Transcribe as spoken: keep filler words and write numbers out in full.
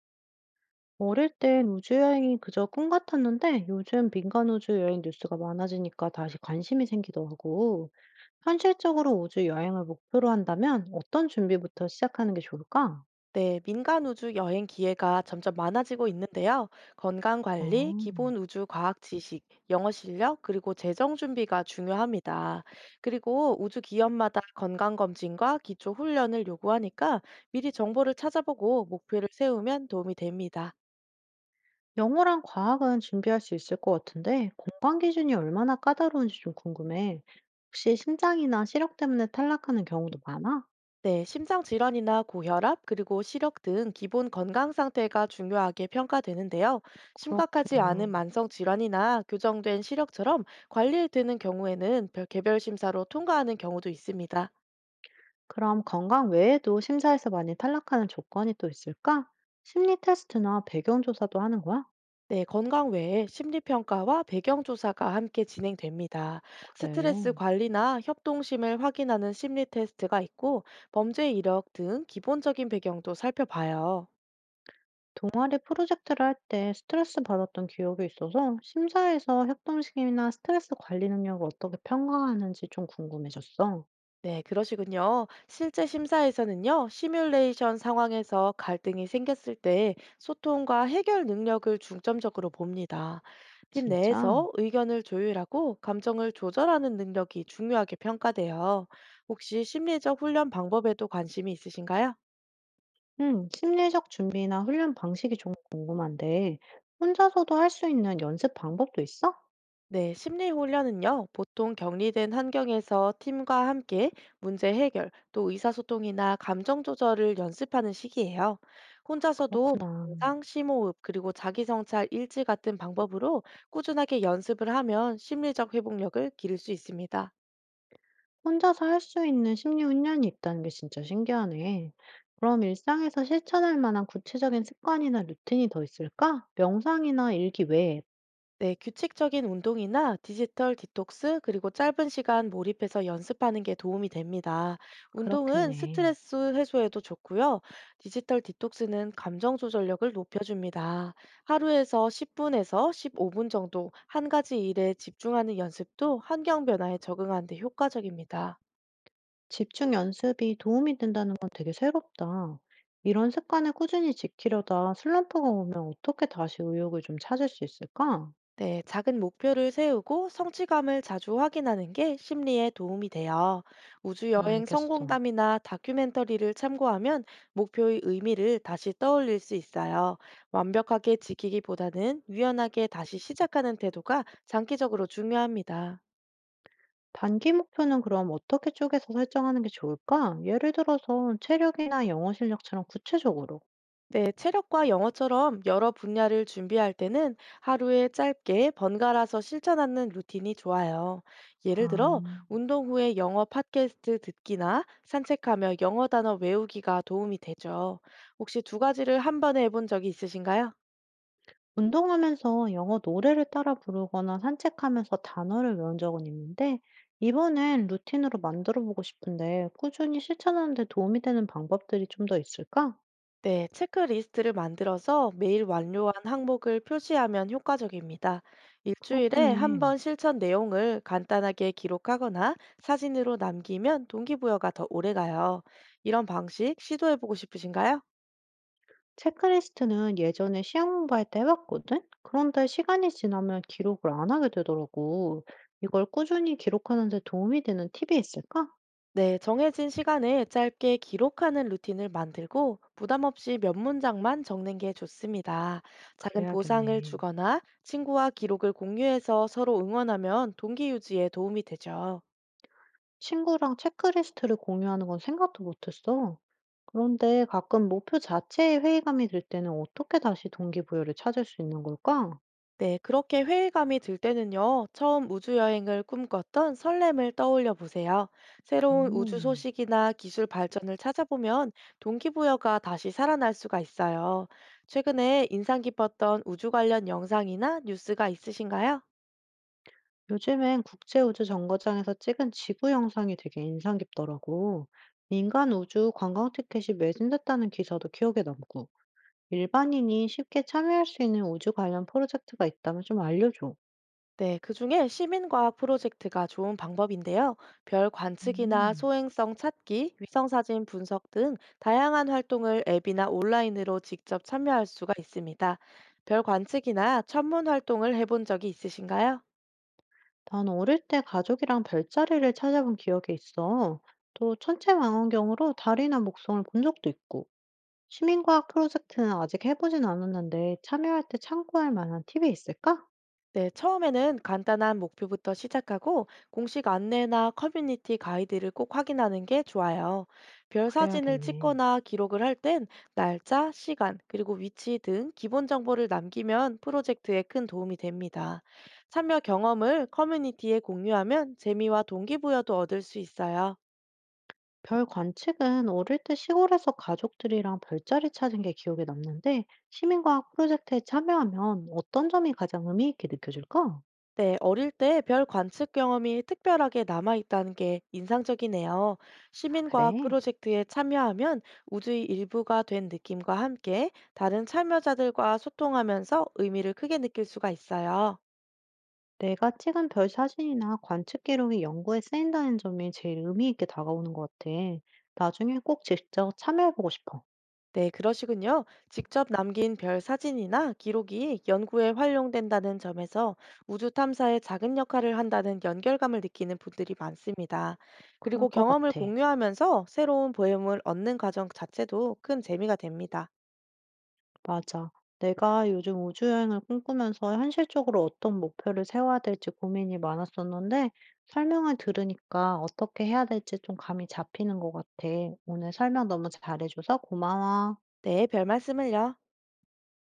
어릴 땐 우주여행이 그저 꿈 같았는데 요즘 민간 우주 여행 뉴스가 많아지니까 다시 관심이 생기더라고. 현실적으로 우주 여행을 목표로 한다면 어떤 준비부터 시작하는 게 좋을까? 네, 민간 우주 여행 기회가 점점 많아지고 있는데요. 건강 관리, 기본 음, 우주 과학 지식, 영어 실력, 그리고 재정 준비가 중요합니다. 그리고 우주 기업마다 건강 검진과 기초 훈련을 요구하니까 미리 정보를 찾아보고 목표를 세우면 도움이 됩니다. 영어랑 과학은 준비할 수 있을 것 같은데 공강 기준이 얼마나 까다로운지 좀 궁금해. 혹시 심장이나 시력 때문에 탈락하는 경우도 많아? 네, 심장 질환이나 고혈압, 그리고 시력 등 기본 건강 상태가 중요하게 평가되는데요. 심각하지 않은 그렇구나. 만성 질환이나 교정된 시력처럼 관리되는 경우에는 별- 개별 심사로 통과하는 경우도 있습니다. 그럼 건강 외에도 심사에서 많이 탈락하는 조건이 또 있을까? 심리 테스트나 배경 조사도 하는 거야? 네, 건강 외에 심리평가와 배경조사가 함께 진행됩니다. 그래. 스트레스 관리나 협동심을 확인하는 심리 테스트가 있고, 범죄 이력 등 기본적인 배경도 살펴봐요. 동아리 프로젝트를 할 때 스트레스 받았던 기억이 있어서 심사에서 협동심이나 스트레스 관리 능력을 어떻게 평가하는지 좀 궁금해졌어. 네, 그러시군요. 실제 심사에서는요, 시뮬레이션 상황에서 갈등이 생겼을 때 소통과 해결 능력을 중점적으로 봅니다. 팀 진짜? 내에서 의견을 조율하고 감정을 조절하는 능력이 중요하게 평가돼요. 혹시 심리적 훈련 방법에도 관심이 있으신가요? 응, 심리적 준비나 훈련 방식이 좀 궁금한데, 혼자서도 할 수 있는 연습 방법도 있어? 네, 심리 훈련은요, 보통 격리된 환경에서 팀과 함께 문제 해결, 또 의사소통이나 감정 조절을 연습하는 시기예요. 혼자서도 그렇구나. 명상, 심호흡, 그리고 자기성찰 일지 같은 방법으로 꾸준하게 연습을 하면 심리적 회복력을 기를 수 있습니다. 혼자서 할 수 있는 심리 훈련이 있다는 게 진짜 신기하네. 그럼 일상에서 실천할 만한 구체적인 습관이나 루틴이 더 있을까? 명상이나 일기 외에. 네, 규칙적인 운동이나 디지털 디톡스, 그리고 짧은 시간 몰입해서 연습하는 게 도움이 됩니다. 운동은 그렇겠네. 스트레스 해소에도 좋고요. 디지털 디톡스는 감정 조절력을 높여줍니다. 하루에서 십 분에서 십오 분 정도 한 가지 일에 집중하는 연습도 환경 변화에 적응하는 데 효과적입니다. 집중 연습이 도움이 된다는 건 되게 새롭다. 이런 습관을 꾸준히 지키려다 슬럼프가 오면 어떻게 다시 의욕을 좀 찾을 수 있을까? 네, 작은 목표를 세우고 성취감을 자주 확인하는 게 심리에 도움이 돼요. 우주 아, 여행 알겠어. 성공담이나 다큐멘터리를 참고하면 목표의 의미를 다시 떠올릴 수 있어요. 완벽하게 지키기보다는 유연하게 다시 시작하는 태도가 장기적으로 중요합니다. 단기 목표는 그럼 어떻게 쪼개서 설정하는 게 좋을까? 예를 들어서 체력이나 영어 실력처럼 구체적으로. 네, 체력과 영어처럼 여러 분야를 준비할 때는 하루에 짧게 번갈아서 실천하는 루틴이 좋아요. 예를 아, 들어, 운동 후에 영어 팟캐스트 듣기나 산책하며 영어 단어 외우기가 도움이 되죠. 혹시 두 가지를 한 번에 해본 적이 있으신가요? 운동하면서 영어 노래를 따라 부르거나 산책하면서 단어를 외운 적은 있는데, 이번엔 루틴으로 만들어 보고 싶은데, 꾸준히 실천하는 데 도움이 되는 방법들이 좀 더 있을까? 네, 체크리스트를 만들어서 매일 완료한 항목을 표시하면 효과적입니다. 일주일에 한 그렇겠네. 번 실천 내용을 간단하게 기록하거나 사진으로 남기면 동기부여가 더 오래가요. 이런 방식 시도해보고 싶으신가요? 체크리스트는 예전에 시험 공부할 때 해봤거든? 그런데 시간이 지나면 기록을 안 하게 되더라고. 이걸 꾸준히 기록하는 데 도움이 되는 팁이 있을까? 네, 정해진 시간에 짧게 기록하는 루틴을 만들고 부담 없이 몇 문장만 적는 게 좋습니다. 작은 보상을 그래야겠네. 주거나 친구와 기록을 공유해서 서로 응원하면 동기 유지에 도움이 되죠. 친구랑 체크리스트를 공유하는 건 생각도 못했어. 그런데 가끔 목표 자체에 회의감이 들 때는 어떻게 다시 동기부여를 찾을 수 있는 걸까? 네, 그렇게 회의감이 들 때는요, 처음 우주여행을 꿈꿨던 설렘을 떠올려 보세요. 새로운 우주 오. 소식이나 기술 발전을 찾아보면 동기부여가 다시 살아날 수가 있어요. 최근에 인상 깊었던 우주 관련 영상이나 뉴스가 있으신가요? 요즘엔 국제우주정거장에서 찍은 지구 영상이 되게 인상 깊더라고. 민간 우주 관광 티켓이 매진됐다는 기사도 기억에 남고, 일반인이 쉽게 참여할 수 있는 우주 관련 프로젝트가 있다면 좀 알려줘. 네, 그중에 시민과학 프로젝트가 좋은 방법인데요. 별 관측이나 음, 소행성 찾기, 위성사진 분석 등 다양한 활동을 앱이나 온라인으로 직접 참여할 수가 있습니다. 별 관측이나 천문 활동을 해본 적이 있으신가요? 난 어릴 때 가족이랑 별자리를 찾아본 기억이 있어. 또 천체망원경으로 달이나 목성을 본 적도 있고, 시민과학 프로젝트는 아직 해보진 않았는데 참여할 때 참고할 만한 팁이 있을까? 네, 처음에는 간단한 목표부터 시작하고 공식 안내나 커뮤니티 가이드를 꼭 확인하는 게 좋아요. 별 사진을 그래야겠네. 찍거나 기록을 할 땐 날짜, 시간, 그리고 위치 등 기본 정보를 남기면 프로젝트에 큰 도움이 됩니다. 참여 경험을 커뮤니티에 공유하면 재미와 동기부여도 얻을 수 있어요. 별 관측은 어릴 때 시골에서 가족들이랑 별자리 찾은 게 기억에 남는데 시민과학 프로젝트에 참여하면 어떤 점이 가장 의미 있게 느껴질까? 네, 어릴 때 별 관측 경험이 특별하게 남아있다는 게 인상적이네요. 아, 시민과학 그래. 프로젝트에 참여하면 우주의 일부가 된 느낌과 함께 다른 참여자들과 소통하면서 의미를 크게 느낄 수가 있어요. 내가 찍은 별 사진이나 관측 기록이 연구에 쓰인다는 점이 제일 의미 있게 다가오는 것 같아. 나중에 꼭 직접 참여해보고 싶어. 네, 그러시군요. 직접 남긴 별 사진이나 기록이 연구에 활용된다는 점에서 우주 탐사에 작은 역할을 한다는 연결감을 느끼는 분들이 많습니다. 그럴 그리고 것 경험을 같아. 공유하면서 새로운 보험을 얻는 과정 자체도 큰 재미가 됩니다. 맞아. 내가 요즘 우주여행을 꿈꾸면서 현실적으로 어떤 목표를 세워야 될지 고민이 많았었는데, 설명을 들으니까 어떻게 해야 될지 좀 감이 잡히는 것 같아. 오늘 설명 너무 잘해줘서 고마워. 네, 별 말씀을요.